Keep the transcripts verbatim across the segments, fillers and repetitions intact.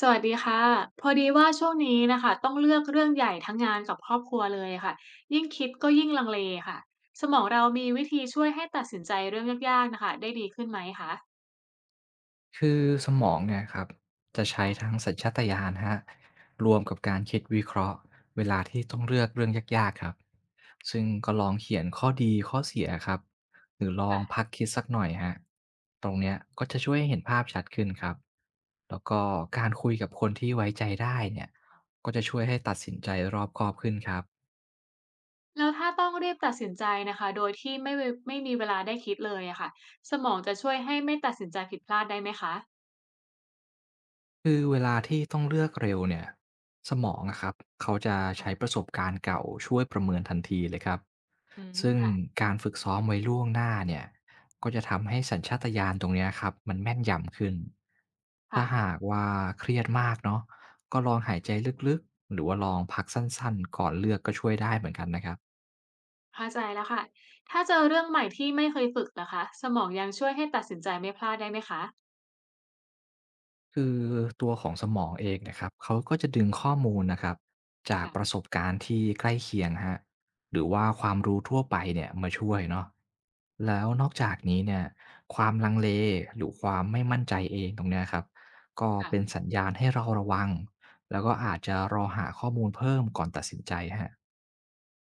สวัสดีค่ะพอดีว่าช่วงนี้นะคะต้องเลือกเรื่องใหญ่ทั้งงานกับครอบครัวเลยค่ะยิ่งคิดก็ยิ่งลังเลค่ะสมองเรามีวิธีช่วยให้ตัดสินใจเรื่องยากๆนะคะได้ดีขึ้นไหมคะคือสมองเนี่ยครับจะใช้ทั้ค่ะงสัญชาตญาณฮรรวมกับการคิดวิเคราะห์เวลาที่ต้องเลือกเรื่องยากๆครับซึ่งก็ลองเขียนข้อดีข้อเสียครับหรือลองพัค่ะกคิดสักหน่อยฮะตรงเนี้ยก็จะช่วยให้เห็นภาพชัดขึ้นครับแล้วก็การคุยกับคนที่ไว้ใจได้เนี่ยก็จะช่วยให้ตัดสินใจรอบคอบขึ้นครับ แล้วถ้าต้องรีบตัดสินใจนะคะโดยที่ไม่เวไม่มีเวลาได้คิดเลยอะค่ะสมองจะช่วยให้ไม่ตัดสินใจผิดพลาดได้ไหมคะคือเวลาที่ต้องเลือกเร็วเนี่ยสมองอะครับเขาจะใช้ปค่ะระสบการณ์เก่าช่วยประเมินทันทีเลยครับอืมซึ่งค่ะการฝึกซ้อมไว้ล่วงหน้าเนี่ยก็จะทำให้สัญชาตญาณตรงเนี้ยครับมันแม่นยำขึ้นถ้าค่ะหากว่าเครียดมากเนาะก็ลองหายใจลึกๆหรือว่าลองพักสั้นๆก่อนเลือกก็ช่วยได้เหมือนกันนะครับ เข้าใจแล้วค่ะถ้าเจอเรื่องใหม่ที่ไม่เคยฝึกนะคะสมองยังช่วยให้ตัดสินใจไม่พลาดได้ไหมคะคือตัวของสมองเองนะครับเขาก็จะดึงข้อมูลนะครับจากประสบการณ์ที่ใกล้เคียงฮะหรือว่าความรู้ทั่วไปเนี่ยมาช่วยเนาะแล้วนอกจากนี้เนี่ยความลังเลหรือความไม่มั่นใจเองตรงเนี้ยครับก็ค่ะ เป็นสัญญาณให้เราระวังแล้วก็อาจจะรอหาข้อมูลเพิ่มก่อนตัดสินใจฮะ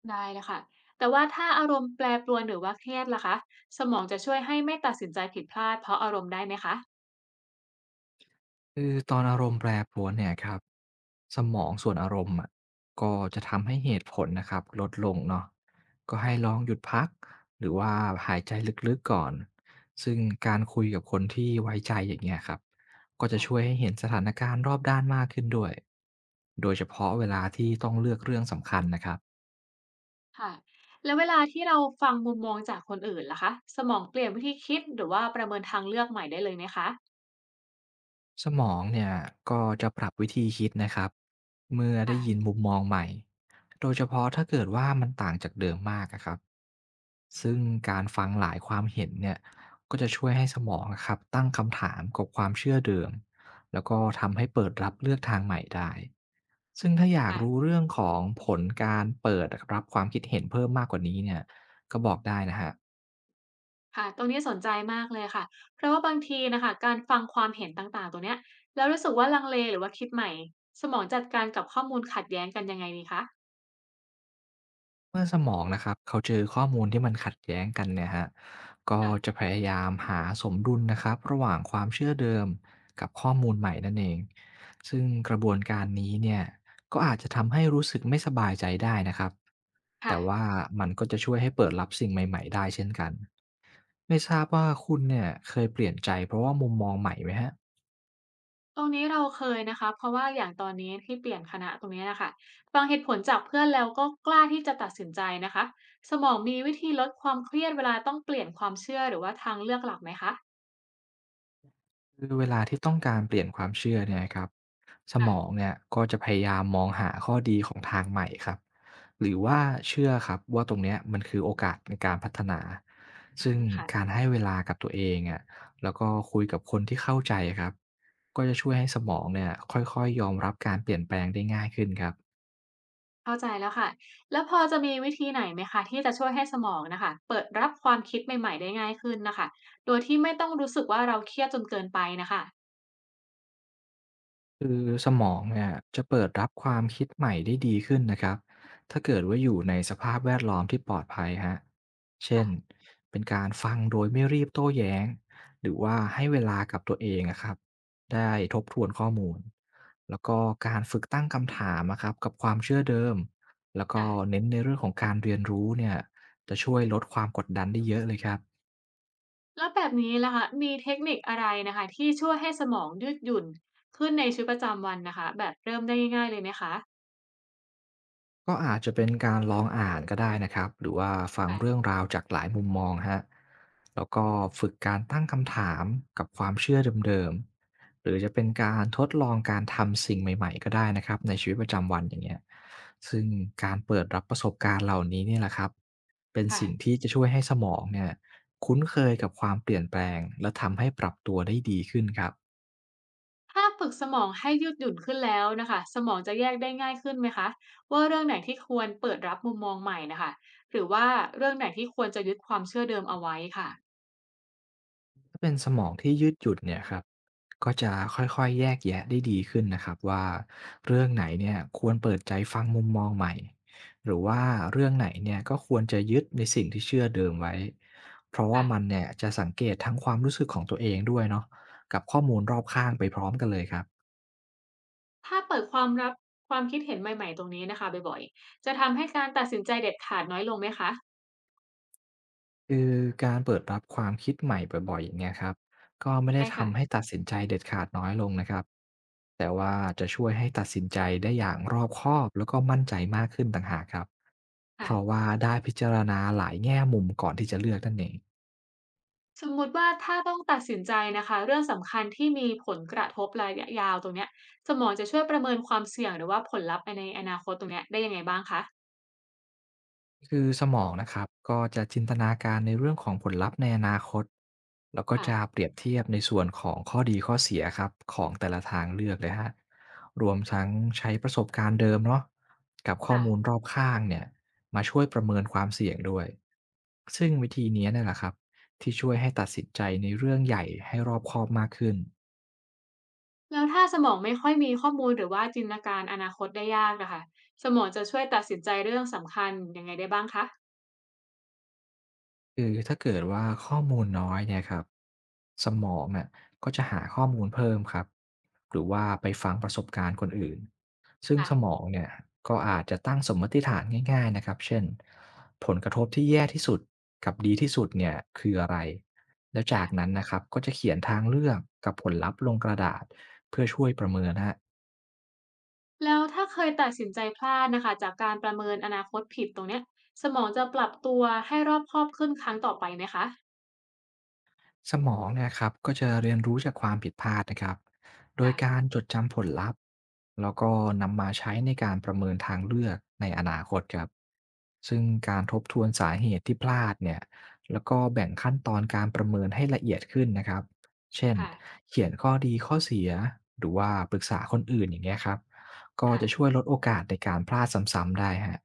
ได้เลยค่ะแต่ว่าถ้าอารมณ์แปรปรวนหรือว่าเครียดล่ะคะสมองจะช่วยให้ไม่ตัดสินใจผิดพลาดเพราะอารมณ์ได้ไหมคะคือตอนอารมณ์แปรปรวนเนี่ยครับสมองส่วนอารมณ์อะก็จะทำให้เหตุผลนะครับลดลงเนาะก็ให้ลอค่ะงหยุดพักหรือว่าหายใจลึกๆก่อนซึ่งการคุยกับคนที่ไว้ใจอย่างเงี้ยครับก็จะช่วยค่ะให้เห็นสถานการณ์รอบด้านมากขึ้นด้วยโดยเฉพาะเวลาที่ต้องเลือกเรื่องสำคัญนะครับ ค่ะแล้วเวลาที่เราฟังมุมมองจากคนอื่นล่ะคะสมองเปลี่ยนวิธีคิดหรือว่าประเมินทางเลือกใหม่ได้เลยไหมคะสมองเนี่ยก็จะปรับวิธีคิดนะครับเมื่อได้ยินค่ะมุมมองใหม่โดยเฉพาะถ้าเกิดว่ามันต่างจากเดิมมากอะครับซึ่งการฟังหลายความเห็นเนี่ยก็จะช่วยให้สมองอะครับตั้งคำถามกับความเชื่อเดิมแล้วก็ทำให้เปิดรับเลือกทางใหม่ได้ซึ่งถ้าอยากค่ะรู้เรื่องของผลการเปิดรับความคิดเห็นเพิ่มมากกว่านี้เนี่ยก็บอกได้นะฮะ ค่ะตรงนี้สนใจมากเลยค่ะเพราะว่าบางทีนะคะการฟังความเห็นต่างๆตรวเนี้ยแล้วรู้สึกว่าลังเลหรือว่าคิดใหม่สมองจัดการกับข้อมูลขัดแย้งกันยังไงดีคะเมื่อสมองนะครับเขาเจอข้อมูลที่มันขัดแย้งกันเนี่ยฮะก็จะค่ะพยายามหาสมดุลนะครับระหว่างความเชื่อเดิมกับข้อมูลใหม่นั่นเองซึ่งกระบวนการนี้เนี่ยก็อาจจะทำให้รู้สึกไม่สบายใจได้นะครับค่ะ แต่ว่ามันก็จะช่วยให้เปิดรับสิ่งใหม่ๆได้เช่นกันไม่ทราบว่าคุณเนี่ยเคยเปลี่ยนใจเพราะว่ามุมมองใหม่ไหมฮะ ตรงนี้เราเคยนะคะเพราะว่าอย่างตอนนี้ที่เปลี่ยนคณะตรงนี้นะค่ะฟังเหตุผลจากเพื่อนแล้วก็กล้าที่จะตัดสินใจนะคะสมองมีวิธีลดความเครียดเวลาต้องเปลี่ยนความเชื่อหรือว่าทางเลือกหลักไหมคะคือเวลาที่ต้องการเปลี่ยนความเชื่อเนี่ยครับสมองค่ะเนี่ยก็จะพยายามมองหาข้อดีของทางใหม่ครับหรือว่าเชื่อครับว่าตรงเนี้ยมันคือโอกาสในการพัฒนาซึ่งการค่ะให้เวลากับตัวเองอ่ะแล้วก็คุยกับคนที่เข้าใจครับก็จะช่วยให้สมองเนี่ยค่อยๆยอมรับการเปลี่ยนแปลงได้ง่ายขึ้นครับ เข้าใจแล้วค่ะแล้วพอจะมีวิธีไหนไหมคะที่จะช่วยให้สมองนะคะเปิดรับความคิดใหม่ๆได้ง่ายขึ้นนะคะโดยที่ไม่ต้องรู้สึกว่าเราเครียดจนเกินไปนะคะคือสมองเนี่ยจะเปิดรับความคิดใหม่ได้ดีขึ้นนะครับถ้าเกิดว่าอยู่ในสภาพแวดล้อมที่ปลอดภัยฮะเช่น่ะเป็นการฟังโดยไม่รีบโต้แย้งหรือว่าให้เวลากับตัวเองอะครับได้ทบทวนข้อมูลแล้วก็การฝึกตั้งคำถามนะครับกับความเชื่อเดิมแล้วก็ค่ะ เน้นในเรื่องของการเรียนรู้เนี่ยจะช่วยลดความกดดันได้เยอะเลยครับ แล้วแบบนี้ล่ะคะมีเทคนิคอะไรนะคะที่ช่วยให้สมองยืดหยุ่นขึ้นในชีวิตประจำวันนะคะแบบเริ่มได้ง่ายๆเลยไหมคะก็อาจจะเป็นการลองอ่านก็ได้นะครับหรือว่าฟังค่ะเรื่องราวจากหลายมุมมองฮะแล้วก็ฝึกการตั้งคำถามกับความเชื่อเดิมๆหรือจะเป็นการทดลองการทำสิ่งใหม่ๆก็ได้นะครับในชีวิตประจำวันอย่างเงี้ยซึ่งการเปิดรับประสบการณ์เหล่านี้เนี่ยแหละครับเป็นสิ่งค่ะที่จะช่วยให้สมองเนี่ยคุ้นเคยกับความเปลี่ยนแปลงและทำให้ปรับตัวได้ดีขึ้นครับถ้าฝึกสมองให้ยืดหยุ่นขึ้นแล้วนะคะสมองจะแยกได้ง่ายขึ้นไหมคะว่าเรื่องไหนที่ควรเปิดรับมุมมองใหม่นะคะหรือว่าเรื่องไหนที่ควรจะยึดความเชื่อเดิมเอาไว้ค่ะถ้าเป็นสมองที่ยืดหยุ่นเนี่ยครับ ก็จะค่อยๆแยกแยะได้ดีขึ้นนะครับว่าเรื่องไหนเนี่ยควรเปิดใจฟังมุมมองใหม่หรือว่าเรื่องไหนเนี่ยก็ควรจะยึดในสิ่งที่เชื่อเดิมไว้เพราะว่ามันค่ะเนี่ยจะสังเกตทั้งความรู้สึกของตัวเองด้วยเนาะกับข้อมูลรอบข้างไปพร้อมกันเลยครับ ถ้าเปิดความรับความคิดเห็นใหม่ๆตรงนี้นะคะบ่อยๆจะทำให้การตัดสินใจเด็ดขาดน้อยลงไหมคะคือการเปิดรับความคิดใหม่บ่อยๆอย่างเงี้ยครับก็ไม่ได้ได้ค่ะทำให้ตัดสินใจเด็ดขาดน้อยลงนะครับแต่ว่าจะช่วยให้ตัดสินใจได้อย่างรอบคอบแล้วก็มั่นใจมากขึ้นต่างหากครับเพราะค่ะ ว่าได้พิจารณาหลายแง่มุมก่อนที่จะเลือกนั่นเอง สมมุติว่าถ้าต้องตัดสินใจนะคะเรื่องสำคัญที่มีผลกระทบระยะยาวตรงเนี้ยสมองจะช่วยประเมินความเสี่ยงหรือว่าผลลัพธ์ไปในอนาคตตรงเนี้ยได้ยังไงบ้างคะคือสมองนะครับก็จะจินตนาการในเรื่องของผลลัพธ์ในอนาคตแล้วก็จะค่ะเปรียบเทียบในส่วนของข้อดีข้อเสียครับของแต่ละทางเลือกเลยฮะรวมทั้งใช้ประสบการณ์เดิมเนาะกับข้อมูลค่ะรอบข้างเนี่ยมาช่วยประเมินความเสี่ยงด้วยซึ่งวิธีนี้เนี่ยแหละครับที่ช่วยให้ตัดสินใจในเรื่องใหญ่ให้รอบคอบมากขึ้น แล้วถ้าสมองไม่ค่อยมีข้อมูลหรือว่าจินตนาการอนาคตได้ยากอะค่ะสมองจะช่วยตัดสินใจเรื่องสำคัญยังไงได้บ้างคะคือถ้าเกิดว่าข้อมูลน้อยเนี่ยครับสมองน่ะก็จะหาข้อมูลเพิ่มครับหรือว่าไปฟังประสบการณ์คนอื่นซึ่งค่ะสมองเนี่ยก็อาจจะตั้งสมมติฐานง่ายๆนะครับเช่นผลกระทบที่แย่ที่สุดกับดีที่สุดเนี่ยคืออะไรแล้วจากค่ะนั้นนะครับก็จะเขียนทางเลือกกับผลลัพธ์ลงกระดาษเพื่อช่วยประเมินฮะ แล้วถ้าเคยตัดสินใจพลาดน่ะค่ะจากการประเมินอนาคตผิดตรงเนี้ยสมองจะปรับตัวให้รอบคอบขึ้นครั้งต่อไปไหมคะสมองเนี่ยครับก็จะเรียนรู้จากความผิดพลาดนะครับโดยกาค่ะรจดจำผลลัพธ์แล้วก็นำมาใช้ในการประเมินทางเลือกในอนาคตครับซึ่งการทบทวนสาเหตุที่พลาดเนี่ยแล้วก็แบ่งขั้นตอนการประเมินให้ละเอียดขึ้นนะครับเช่นค่ะเขียนข้อดีข้อเสียหรือว่าปรึกษาคนอื่นอย่างเงี้ยครับก็จะช่วค่ะ ยลดโอกาสในการพลาดซ้ำๆได้ฮะ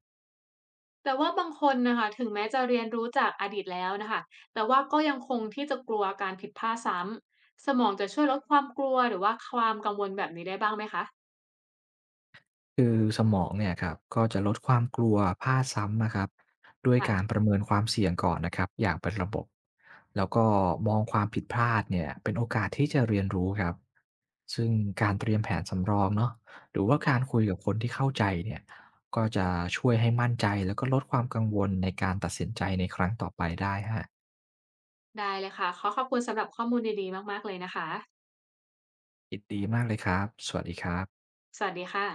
แต่ว่าบางคนนะคะถึงแม้จะเรียนรู้จากอดีตแล้วนะคะแต่ว่าก็ยังคงที่จะกลัวการผิดพลาดซ้ำสมองจะช่วยลดความกลัวหรือว่าความกังวลแบบนี้ได้บ้างไหมคะคือสมองเนี่ยครับก็จะลดความกลัวพลาดซ้ำนะครับด้วยการค่ะประเมินความเสี่ยงก่อนนะครับอย่างเป็นระบบแล้วก็มองความผิดพลาดเนี่ยเป็นโอกาสที่จะเรียนรู้ครับซึ่งการเตรียมแผนสำรองเนาะหรือว่าการคุค่ะยกับคนที่เข้าใจเนี่ยก็จะช่วยให้มั่นใจแล้วก็ลดความกังวลในการตัดสินใจในครั้งต่อไปได้ฮะได้เลยค่ะขอขอบคุณสำหรับข้อมูลดีๆมากๆเลยนะคะยินดีมากเลยครับสวัสดีครับสวัสดีค่ะ